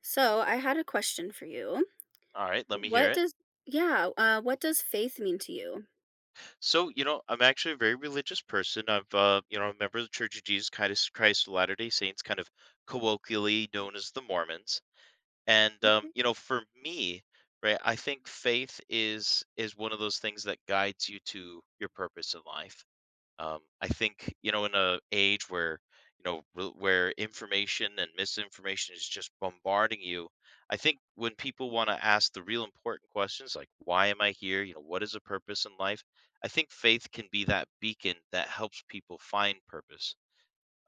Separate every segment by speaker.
Speaker 1: So I had a question for you.
Speaker 2: All right, let me hear
Speaker 1: What
Speaker 2: it.
Speaker 1: does yeah, what does faith mean to you?
Speaker 2: So, you know, I'm actually a very religious person. You know, I'm a member of the Church of Jesus Christ of Latter-day Saints, kind of colloquially known as the Mormons.
Speaker 1: Okay.
Speaker 2: You know, for me, right, I think faith is one of those things that guides you to your purpose in life. I think, you know, in a age where where information and misinformation is just bombarding you, I think when people want to ask the real important questions like why am I here, you know, what is a purpose in life, I think faith can be that beacon that helps people find purpose.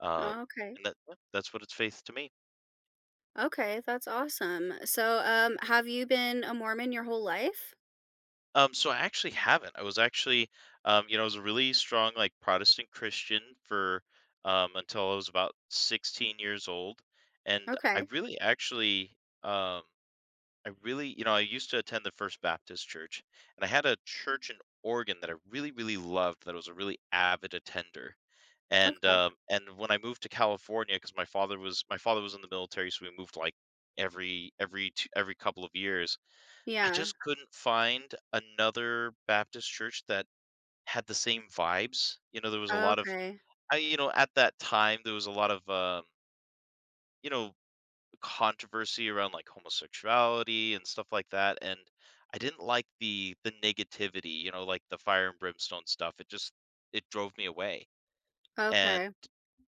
Speaker 2: Um,
Speaker 1: Oh, okay.
Speaker 2: and that yeah, that's what it's faith to me.
Speaker 1: Okay, that's awesome. So have you been a Mormon your whole life?
Speaker 2: So I actually haven't. I was actually, you know, I was a really strong like Protestant Christian for until I was about 16 years old, and I
Speaker 1: Okay.
Speaker 2: really actually, um, I really, you know, I used to attend the First Baptist Church, and I had a church in Oregon that I really, really loved. That I was a really avid attender. And
Speaker 1: Okay.
Speaker 2: um, and when I moved to California, because my father was in the military, so we moved like every couple of years I
Speaker 1: Yeah.
Speaker 2: just couldn't find another Baptist church that had the same vibes. You know, there was a lot of
Speaker 1: Okay.
Speaker 2: at that time, there was a lot of, you know, controversy around, like, homosexuality and stuff like that, and I didn't like the negativity, you know, like, the fire and brimstone stuff. It drove me away, and,
Speaker 1: Okay.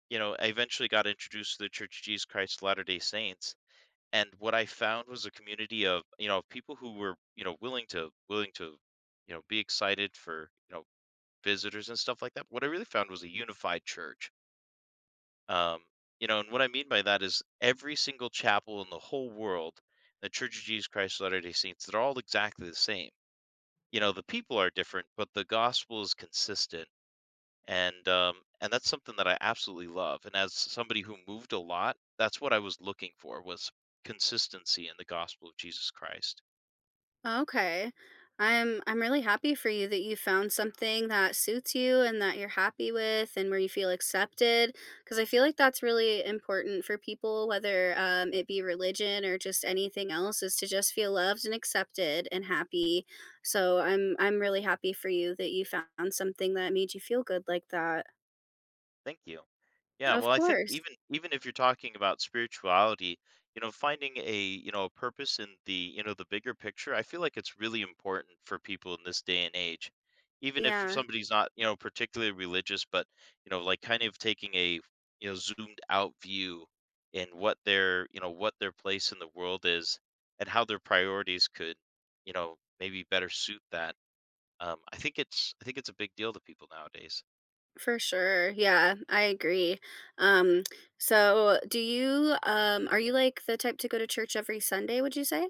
Speaker 2: you know, I eventually got introduced to the Church of Jesus Christ of Latter-day Saints, and what I found was a community of, you know, of people who were, you know, willing to you know be excited for, you know, visitors and stuff like that. What I really found was a unified church. Um, you know, and what I mean by that is every single chapel in the whole world, the Church of Jesus Christ of Latter Day Saints, they're all exactly the same. You know, the people are different, but the gospel is consistent and that's something that I absolutely love. And as somebody who moved a lot, that's what I was looking for was consistency in the gospel of Jesus Christ.
Speaker 1: Okay. I'm really happy for you that you found something that suits you and that you're happy with and where you feel accepted, because I feel like that's really important for people, whether it be religion or just anything else, is to just feel loved and accepted and happy. So I'm really happy for you that you found something that made you feel good like that.
Speaker 2: Thank you. Yeah,
Speaker 1: Of
Speaker 2: well, I think
Speaker 1: course.
Speaker 2: even if you're talking about spirituality, you know, finding a, you know, a purpose in the, you know, the bigger picture, I feel like it's really important for people in this day and age. Even if
Speaker 1: Yeah.
Speaker 2: somebody's not, you know, particularly religious, but, you know, like kind of taking a, you know, zoomed out view in what their, you know, what their place in the world is and how their priorities could, you know, maybe better suit that. I think it's a big deal to people nowadays.
Speaker 1: For sure. Yeah, I agree. Um, so do you are you like the type to go to church every Sunday, would you say?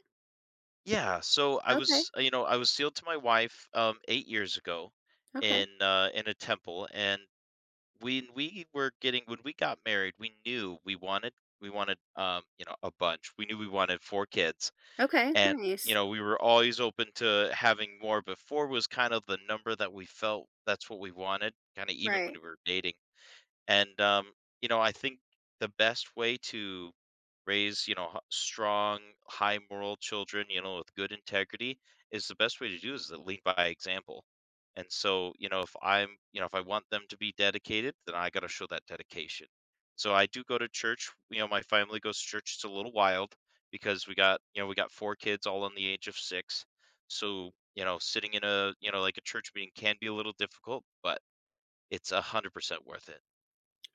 Speaker 2: Yeah, so I
Speaker 1: Okay.
Speaker 2: was, uh, you know, I was sealed to my wife 8 years ago
Speaker 1: Okay.
Speaker 2: in a temple, and when we got married, we knew we wanted you know a bunch. We knew we wanted four kids,
Speaker 1: Okay,
Speaker 2: and you
Speaker 1: nice.
Speaker 2: know we were always open to having more. But four was kind of the number that we felt that's what we wanted, kind of even when
Speaker 1: Right.
Speaker 2: we were dating. And you know, I think the best way to raise, you know, strong, high moral children, you know, with good integrity is the best way to do is to lead by example. And so, you know, if I'm, you know, if I want them to be dedicated, then I got to show that dedication. So I do go to church. You know, my family goes to church. It's a little wild because we got, you know, we got four kids all in the age of six. So, you know, sitting in a, you know, like a church meeting can be a little difficult, but it's 100% worth it.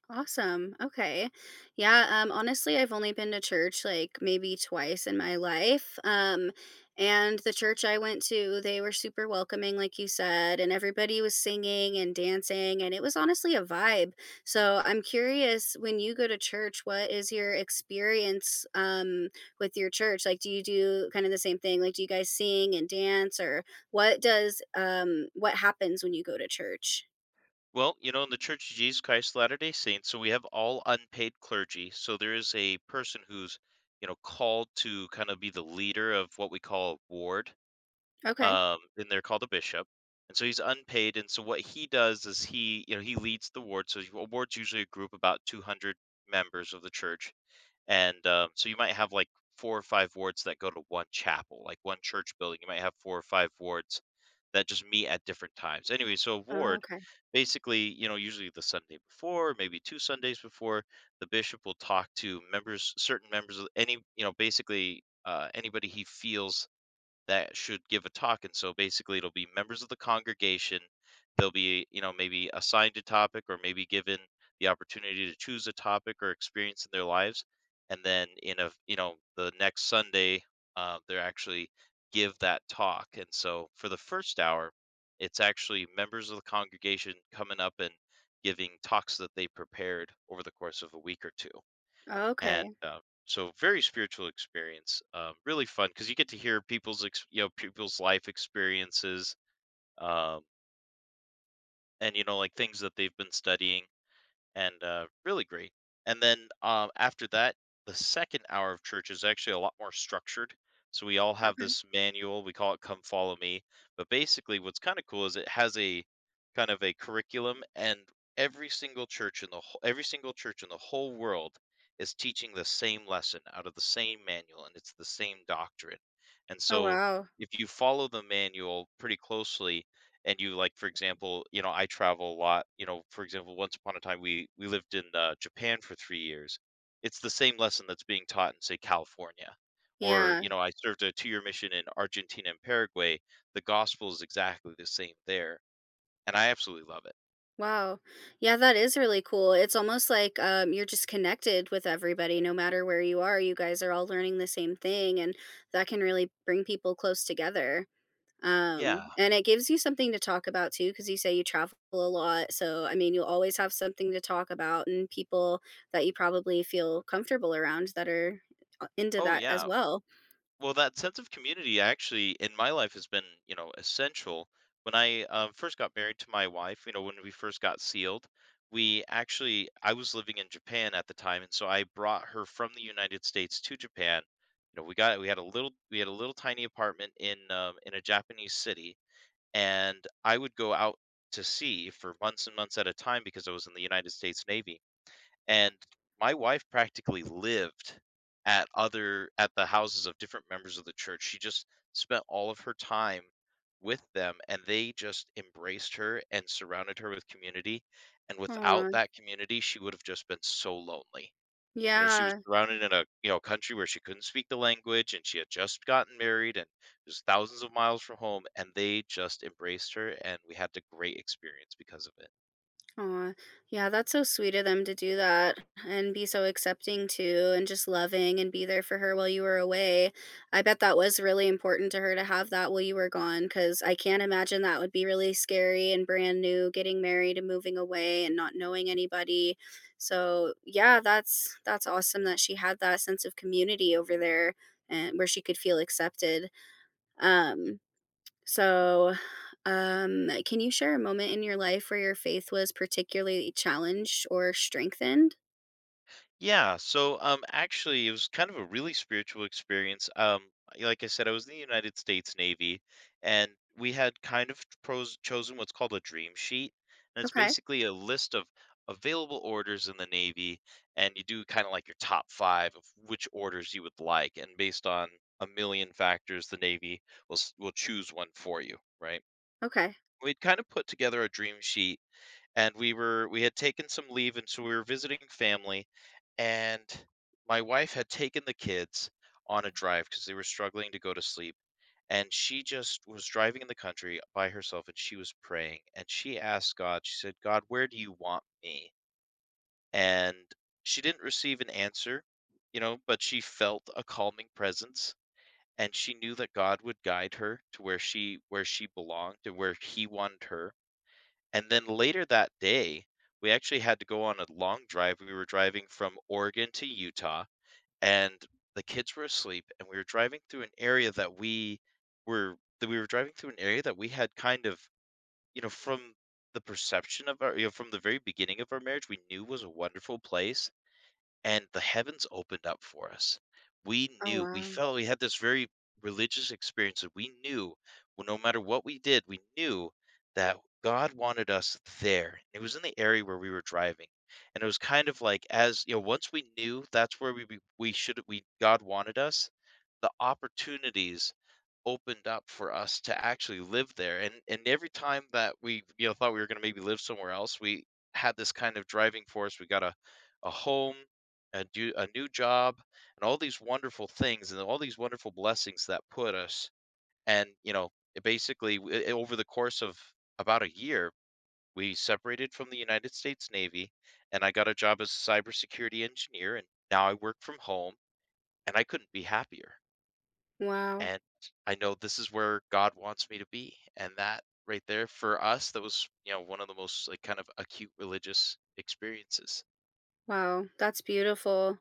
Speaker 1: Awesome. Okay. Yeah, honestly, I've only been to church like maybe twice in my life. And the church I went to, they were super welcoming like you said, and everybody was singing and dancing and it was honestly a vibe. So I'm curious, when you go to church, what is your experience with your church? Like, do you do kind of the same thing? Like, do you guys sing and dance, or what does what happens when you go to church?
Speaker 2: Well, you know, in the Church of Jesus Christ of Latter-day Saints, so we have all unpaid clergy. So there is a person who's, you know, called to kind of be the leader of what we call a ward,
Speaker 1: Okay.
Speaker 2: and they're called a bishop. And so he's unpaid, and so what he does is he, you know, he leads the ward. So a ward's usually a group about 200 members of the church, and so you might have like four or five wards that go to one chapel, like one church building you might have four or five wards that just meet at different times, anyway so a ward
Speaker 1: Okay.
Speaker 2: basically you know usually the Sunday before, maybe two Sundays before, the bishop will talk to members, certain members of any, you know, basically anybody he feels that should give a talk. And so basically, it'll be members of the congregation. They'll be, you know, maybe assigned a topic or maybe given the opportunity to choose a topic or experience in their lives. And then in a, you know, the next Sunday, they're actually give that talk. And so for the first hour, it's actually members of the congregation coming up and giving talks that they prepared over the course of a week or two and
Speaker 1: Okay.
Speaker 2: so very spiritual experience, really fun because you get to hear you know people's life experiences, um, and you know like things that they've been studying, and really great. And then after that, the second hour of church is actually a lot more structured. So we all have
Speaker 1: Okay.
Speaker 2: this manual. We call it "Come Follow Me." But basically, what's kind of cool is it has a kind of a curriculum, and every single church in the whole world is teaching the same lesson out of the same manual, and it's the same doctrine. And
Speaker 1: Oh,
Speaker 2: so,
Speaker 1: wow.
Speaker 2: if you follow the manual pretty closely, and you like, for example, you know, I travel a lot, you know, for example, once upon a time, we lived in Japan for 3 years, it's the same lesson that's being taught in say California, or,
Speaker 1: Yeah.
Speaker 2: you know, I served a two-year mission in Argentina and Paraguay. The gospel is exactly the same there, and I absolutely love it.
Speaker 1: Wow. Yeah, that is really cool. It's almost like you're just connected with everybody, no matter where you are. You guys are all learning the same thing, and that can really bring people close together.
Speaker 2: Yeah.
Speaker 1: And it gives you something to talk about too, because you say you travel a lot. So, I mean, you'll always have something to talk about, and people that you probably feel comfortable around that are into
Speaker 2: Oh
Speaker 1: that as
Speaker 2: yeah.
Speaker 1: well.
Speaker 2: Well, that sense of community actually in my life has been, you know, essential. When I first got married to my wife, you know, when we first got sealed, we actually, I was living in Japan at the time, and so I brought her from the United States to Japan. You know, we had a little tiny apartment in a Japanese city, and I would go out to sea for months and months at a time because I was in the United States Navy, and my wife practically lived at the houses of different members of the church. She just spent all of her time with them, and they just embraced her and surrounded her with community. And
Speaker 1: Oh
Speaker 2: without that community, she would have just been so lonely. You know, she was
Speaker 1: yeah.
Speaker 2: surrounded in a, you know, country where she couldn't speak the language, and she had just gotten married and was thousands of miles from home, and they just embraced her and we had a great experience because of it.
Speaker 1: Aw, yeah, that's so sweet of them to do that and be so accepting too, and just loving and be there for her while you were away. I bet that was really important to her to have that while you were gone, because I can't imagine that would be really scary and brand new, getting married and moving away and not knowing anybody. So yeah, that's awesome that she had that sense of community over there and where she could feel accepted. Um so, can you share a moment in your life where your faith was particularly challenged or strengthened?
Speaker 2: Yeah, so actually it was kind of a really spiritual experience. Like I said, I was in the United States Navy, and we had kind of pros chosen what's called a dream sheet. And it's
Speaker 1: Okay.
Speaker 2: basically a list of available orders in the Navy, and you do kind of like your top 5 of which orders you would like, and based on a million factors the Navy will choose one for you, right?
Speaker 1: Okay.
Speaker 2: We'd kind of put together a dream sheet, and we were we had taken some leave, and so we were visiting family, and my wife had taken the kids on a drive because they were struggling to go to sleep. And she just was driving in the country by herself, and she was praying, and she asked God. She said, God, where do you want me? And she didn't receive an answer, you know, but she felt a calming presence, and she knew that God would guide her to where she, where she belonged and where he wanted her. And then later that day, we actually had to go on a long drive. We were driving from Oregon to Utah, and the kids were asleep, and we were driving through an area that we were driving through an area that we had kind of, you know, from the perception of our, you know, from the very beginning of our marriage, we knew was a wonderful place, and the heavens opened up for us. We
Speaker 1: Oh,
Speaker 2: knew, we
Speaker 1: wow.
Speaker 2: felt we had this very religious experience that we knew, well, no matter what we did, we knew that God wanted us there. It was in the area where we were driving. And it was kind of like, as you know, once we knew that's where we should we God wanted us, the opportunities opened up for us to actually live there. And every time that we, you know, thought we were going to maybe live somewhere else, we had this kind of driving force. We got a home, a new job, and all these wonderful things and all these wonderful blessings that put us. And you know, it basically over the course of about a year, we separated from the United States Navy, and I got a job as a cybersecurity engineer, and now I work from home, and I couldn't be happier,
Speaker 1: Wow.
Speaker 2: and I know this is where God wants me to be. And that right there for us, that was, you know, one of the most like kind of acute religious experiences.
Speaker 1: Wow. That's beautiful.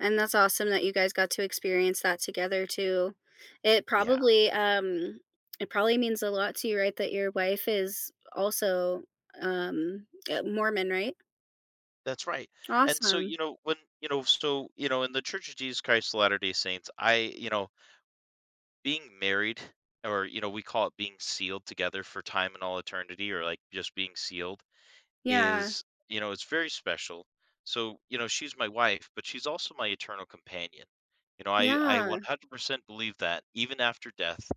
Speaker 1: And that's awesome that you guys got to experience that together too. It
Speaker 2: Yeah,
Speaker 1: probably um it probably means a lot to you, right? That your wife is also Mormon, right?
Speaker 2: that's right. And so,
Speaker 1: Awesome.
Speaker 2: you know, when, you know, so, you know, in the Church of Jesus Christ of Latter-day Saints, I, you know, being married or, you know, we call it being sealed together for time and all eternity, or like just being sealed,
Speaker 1: Yeah.
Speaker 2: is, you know, it's very special. So you know, she's my wife, but she's also my eternal companion. I
Speaker 1: Yeah.
Speaker 2: 100% believe that even after death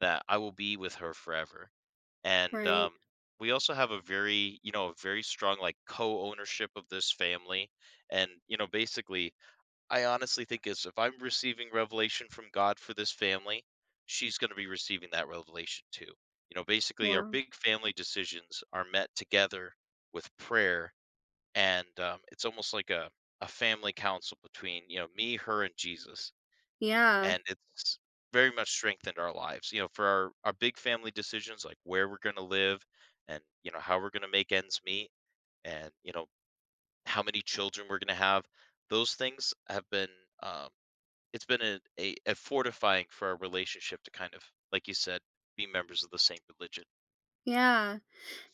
Speaker 2: that I will be with her forever. and
Speaker 1: Right.
Speaker 2: um we also have a very, you know, a very strong like co-ownership of this family. And you know, basically, I honestly think is if I'm receiving revelation from God for this family, she's going to be receiving that revelation too. You know, basically, our
Speaker 1: Wow.
Speaker 2: big family decisions are met together with prayer, and it's almost like a family council between, you know, me, her, and Jesus.
Speaker 1: Yeah.
Speaker 2: And it's very much strengthened our lives. You know, for our big family decisions, like where we're going to live and, you know, how we're going to make ends meet and, you know, how many children we're going to have, those things have been. Um, it's been a fortifying for our relationship to kind of, like you said, be members of the same religion.
Speaker 1: Yeah.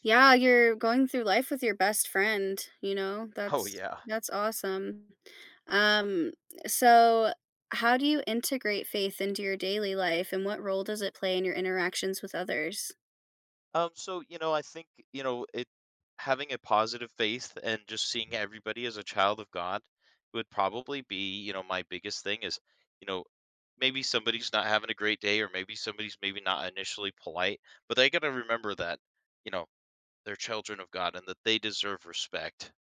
Speaker 1: Yeah, you're going through life with your best friend, you know?
Speaker 2: Oh yeah.
Speaker 1: That's awesome. Um, so how do you integrate faith into your daily life, and what role does it play in your interactions with others?
Speaker 2: So you know, I think you know it. Having a positive faith and just seeing everybody as a child of God would probably be, you know, my biggest thing is, you know, maybe somebody's not having a great day, or maybe somebody's maybe not initially polite, but they got to remember that, you know, they're children of God and that they deserve respect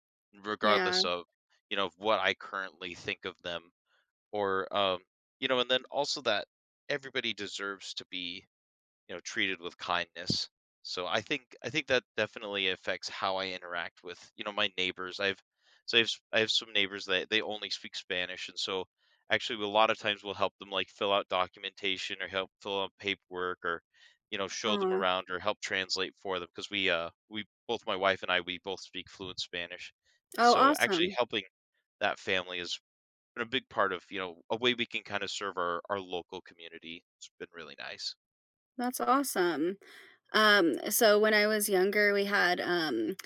Speaker 1: Yeah.
Speaker 2: regardless of, you know, what I currently think of them or you know, and then also that everybody deserves to be, you know, treated with kindness. So I think that definitely affects how I interact with, you know, my neighbors. I've, so I have I have some neighbors that they only speak Spanish, and so actually a lot of times we'll help them like fill out documentation or help fill out paperwork or, you know, show them
Speaker 1: Aw.
Speaker 2: around or help translate for them, because we both, my wife and I, we both speak fluent Spanish, and
Speaker 1: Oh,
Speaker 2: so actually
Speaker 1: awesome.
Speaker 2: helping that family is been a big part of, you know, a way we can kind of serve our local community. It's been really nice.
Speaker 1: That's awesome. So when I was younger, we had um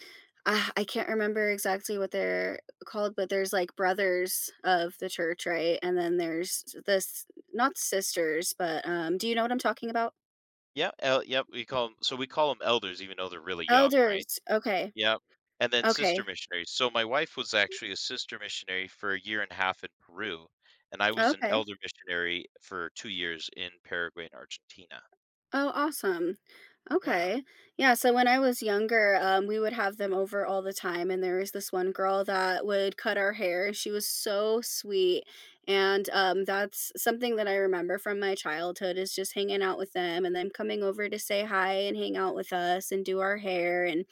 Speaker 1: I, I can't remember exactly what they're called, but there's like brothers of the church, right? And then there's this, not sisters, but do you know what I'm talking about?
Speaker 2: Yeah, yep. So we call them elders, even though they're really young, right?
Speaker 1: Elders, okay,
Speaker 2: Yep. And then sister
Speaker 1: okay,
Speaker 2: missionaries. So my wife was actually a sister missionary for a year and a half in Peru, and I was an
Speaker 1: okay.
Speaker 2: elder missionary for 2 years in Paraguay and Argentina.
Speaker 1: Oh, awesome.
Speaker 2: Yeah,
Speaker 1: Okay. Yeah. So when I was younger, we would have them over all the time. And there was this one girl that would cut our hair, and she was so sweet. And that's something that I remember from my childhood is just hanging out with them and them coming over to say hi and hang out with us and do our hair. And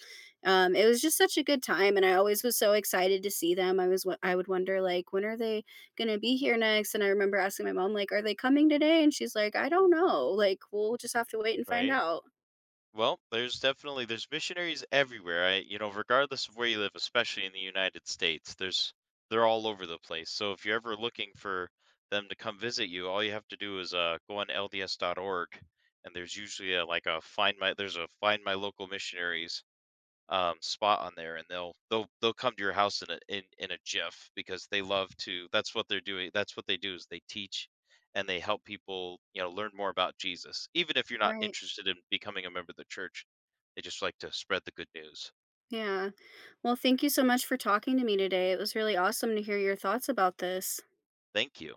Speaker 1: it was just such a good time. And I always was so excited to see them. I would wonder, like, when are they going to be here next? And I remember asking my mom, like, are they coming today? And she's like, I don't know. Like, we'll just have to wait and find
Speaker 2: right.
Speaker 1: out.
Speaker 2: Well, there's definitely there's missionaries everywhere. I, you know, regardless of where you live, especially in the United States, there's, they're all over the place. So if you're ever looking for them to come visit you, all you have to do is go on lds.org and there's usually a, like a find my, there's a find my local missionaries spot on there, and they'll come to your house in a in in a jiff because they love to. That's what they're doing. That's what they do is they teach and they help people, you know, learn more about Jesus. Even if you're not
Speaker 1: Right.
Speaker 2: interested in becoming a member of the church, they just like to spread the good news.
Speaker 1: Yeah. Well, thank you so much for talking to me today. It was really awesome to hear your thoughts about this.
Speaker 2: Thank you.